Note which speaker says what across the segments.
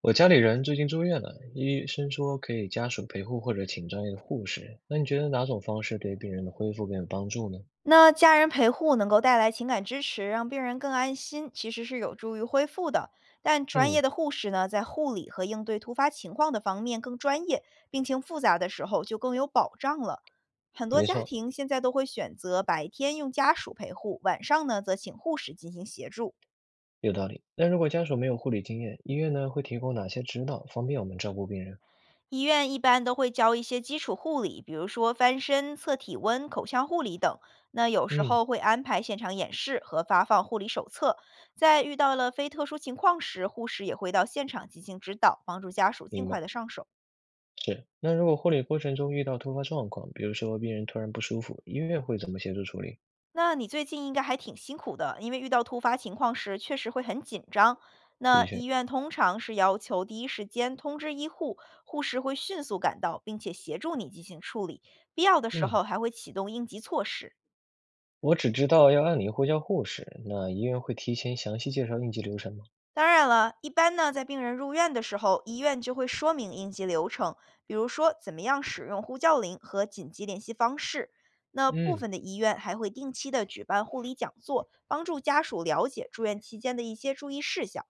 Speaker 1: 我家里人最近住院了，医生说可以家属陪护或者请专业的护士。那你觉得哪种方式对病人的恢复更有帮助呢？
Speaker 2: 那家人陪护能够带来情感支持，让病人更安心，其实是有助于恢复的。但专业
Speaker 1: 嗯，
Speaker 2: 的护士呢，在护理和应对突发情况的方面更专业，病情复杂的时候就更有保障了。很多
Speaker 1: 没
Speaker 2: 家
Speaker 1: 错，
Speaker 2: 庭现在都会选择白天用家属陪护，晚上呢则请护士进行协助。
Speaker 1: 有道理。那如果家属没有护理经验，医院呢会提供哪些指导，方便我们照顾病人？
Speaker 2: 医院一般都会教一些基础护理，比如说翻身、测体温、口腔护理等。那有时
Speaker 1: 嗯，
Speaker 2: 候会安排现场演示和发放护理手册。在遇到了非特殊情况时，护士也会到现场进行指导，帮助家属尽
Speaker 1: 明白。
Speaker 2: 快的上手。
Speaker 1: 是。那如果护理过程中遇到突发状况，比如说病人突然不舒服，医院会怎么协助处理？
Speaker 2: 那你最近应该还挺辛苦的，因为遇到突发情况时确实会很紧张。
Speaker 1: 的
Speaker 2: 那医
Speaker 1: 确，
Speaker 2: 院通常是要求第一时间通知医护，护士会迅速赶到，并且协助你进行处理，必要的时
Speaker 1: 嗯，
Speaker 2: 候还会启动应急措施。
Speaker 1: 我只知道要按铃呼叫护士，那医院会提前详细介绍应急流程吗？
Speaker 2: 当然了，一般呢，在病人入院的时候，医院就会说明应急流程，比如说怎么样使用呼叫铃和紧急联系方式。那部
Speaker 1: 嗯。
Speaker 2: 分的医院还会定期的举办护理讲座，帮助家属了解住院期间的一些注意事项。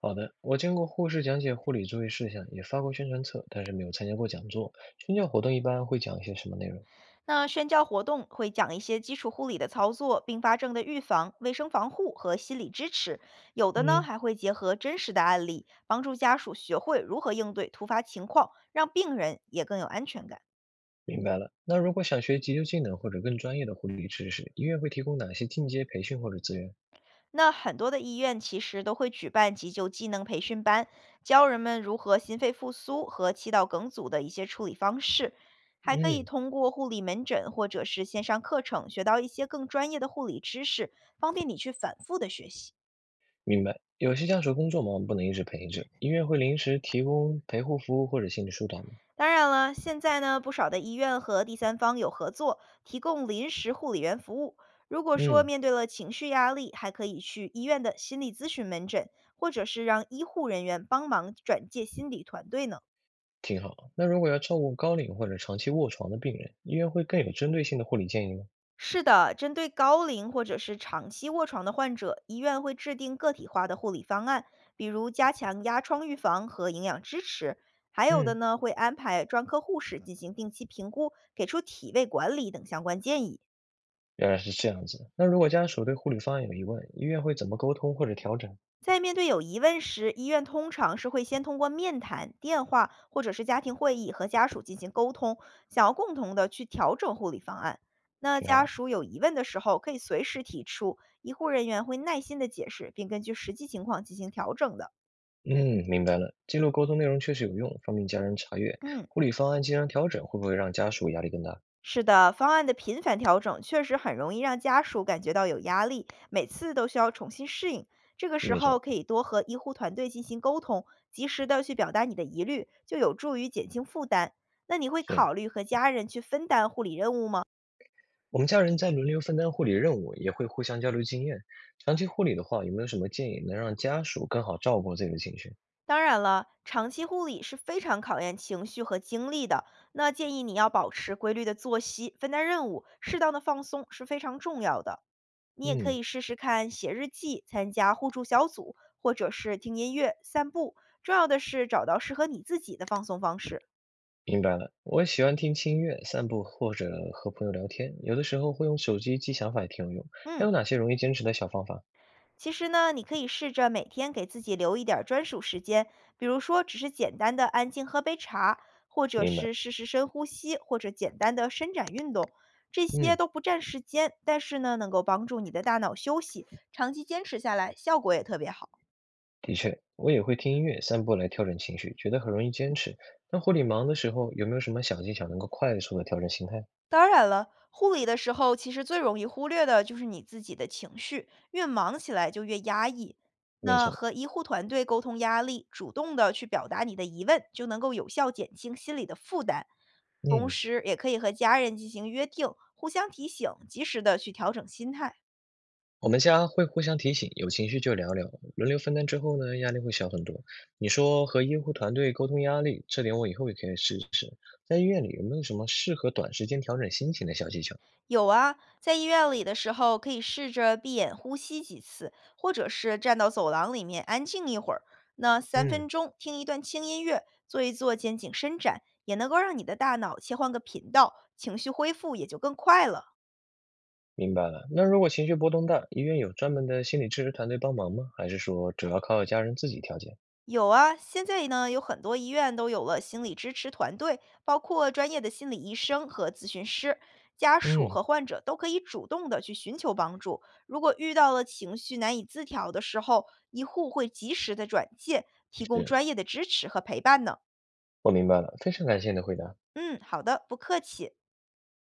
Speaker 1: 好的，我见过护士讲解护理注意事项，也发过宣传册，但是没有参加过讲座。宣教活动一般会讲一些什么内容？
Speaker 2: 那宣教活动会讲一些基础护理的操作、并发症的预防、卫生防护和心理支持，有的呢
Speaker 1: 嗯，
Speaker 2: 还会结合真实的案例，帮助家属学会如何应对突发情况，让病人也更有安全感。
Speaker 1: 明白了。那如果想学急救技能或者更专业的护理知识，医院会提供哪些进阶培训或者资源？
Speaker 2: 那很多的医院其实都会举办急救技能培训班，教人们如何心肺复苏和气道梗阻的一些处理方式，还可以
Speaker 1: 嗯，
Speaker 2: 通过护理门诊或者是线上课程学到一些更专业的护理知识，方便你去反复的学习。
Speaker 1: 明白。有些家属工作忙，不能一直陪着，医院会临时提供陪护服务或者心理疏导吗？
Speaker 2: 当然了，现在呢，不少的医院和第三方有合作，提供临时护理员服务。如果说
Speaker 1: 嗯，
Speaker 2: 面对了情绪压力，还可以去医院的心理咨询门诊，或者是让医护人员帮忙转介心理团队呢。
Speaker 1: 挺好。那如果要照顾高龄或者长期卧床的病人，医院会更有针对性的护理建议吗？
Speaker 2: 是的，针对高龄或者是长期卧床的患者，医院会制定个体化的护理方案，比如加强压疮预防和营养支持。还有的
Speaker 1: 嗯。
Speaker 2: 呢，会安排专科护士进行定期评估，给出体位管理等相关建议。
Speaker 1: 原来是这样子。那如果家属对护理方案有疑问，医院会怎么沟通或者调整？
Speaker 2: 在面对有疑问时，医院通常是会先通过面谈、电话或者是家庭会议和家属进行沟通，想要共同的去调整护理方案。那
Speaker 1: 挺
Speaker 2: 家
Speaker 1: 好。
Speaker 2: 属有疑问的时候，可以随时提出，医护人员会耐心的解释，并根据实际情况进行调整的。
Speaker 1: 嗯，明白了。记录沟通内容确实有用，方便家人查阅。
Speaker 2: 嗯。
Speaker 1: 护理方案经常调整，会不会让家属压力更大？
Speaker 2: 是的，方案的频繁调整确实很容易让家属感觉到有压力，每次都需要重新适应。这个时
Speaker 1: 没
Speaker 2: 候
Speaker 1: 错，
Speaker 2: 可以多和医护团队进行沟通，及时的去表达你的疑虑，就有助于减轻负担。那你会
Speaker 1: 是
Speaker 2: 考虑和家人去分担护理任务吗？
Speaker 1: 我们家人在轮流分担护理任务，也会互相交流经验。长期护理的话，有没有什么建议能让家属更好照顾自己的情绪？
Speaker 2: 当然了，长期护理是非常考验情绪和精力的。那建议你要保持规律的作息，分担任务，适当的放松是非常重要的。你也可
Speaker 1: 嗯，
Speaker 2: 以试试看写日记、参加互助小组，或者是听音乐、散步。重要的是找到适合你自己的放松方式。
Speaker 1: 明白了。我喜欢听轻音乐、散步或者和朋友聊天，有的时候会用手机记想法，也挺有用。还
Speaker 2: 嗯。
Speaker 1: 有哪些容易坚持的小方法？
Speaker 2: 其实呢，你可以试着每天给自己留一点儿专属时间，比如说只是简单的安静喝杯茶，或者
Speaker 1: 明
Speaker 2: 是
Speaker 1: 白。
Speaker 2: 试试深呼吸，或者简单的伸展运动，这些
Speaker 1: 嗯。
Speaker 2: 都不占时间，但是呢，能够帮助你的大脑休息，长期坚持下来，效果也特别好。
Speaker 1: 的确，我也会听音乐、散步来调整情绪，觉得很容易坚持。那护理忙的时候，有没有什么小技巧能够快速的调整心态？
Speaker 2: 当然了，护理的时候，其实最容易忽略的就是你自己的情绪，越忙起来就越压抑。
Speaker 1: 没
Speaker 2: 那
Speaker 1: 错，
Speaker 2: 和医护团队沟通压力，主动的去表达你的疑问，就能够有效减轻心理的负担。同
Speaker 1: 嗯，
Speaker 2: 时也可以和家人进行约定，互相提醒，及时的去调整心态。
Speaker 1: 我们家会互相提醒，有情绪就聊聊，轮流分担之后呢，压力会小很多。你说和医护团队沟通压力，这点我以后也可以试试。在医院里有没有什么适合短时间调整心情的小技巧？
Speaker 2: 有啊，在医院里的时候，可以试着闭眼呼吸几次，或者是站到走廊里面安静一会儿。那三
Speaker 1: 嗯，
Speaker 2: 分钟听一段轻音乐，做一做肩颈伸展，也能够让你的大脑切换个频道，情绪恢复也就更快了。
Speaker 1: 明白了。那如果情绪波动大，医院有专门的心理支持团队帮忙吗？还是说主要靠家人自己调节？
Speaker 2: 有啊，现在呢有很多医院都有了心理支持团队，包括专业的心理医生和咨询师，家属
Speaker 1: 嗯，
Speaker 2: 和患者都可以主动的去寻求帮助。如果遇到了情绪难以自调的时候，医护会及时的转介，提供
Speaker 1: 是。
Speaker 2: 专业的支持和陪伴呢。
Speaker 1: 我明白了，非常感谢你的回答。
Speaker 2: 嗯，好的，不客气。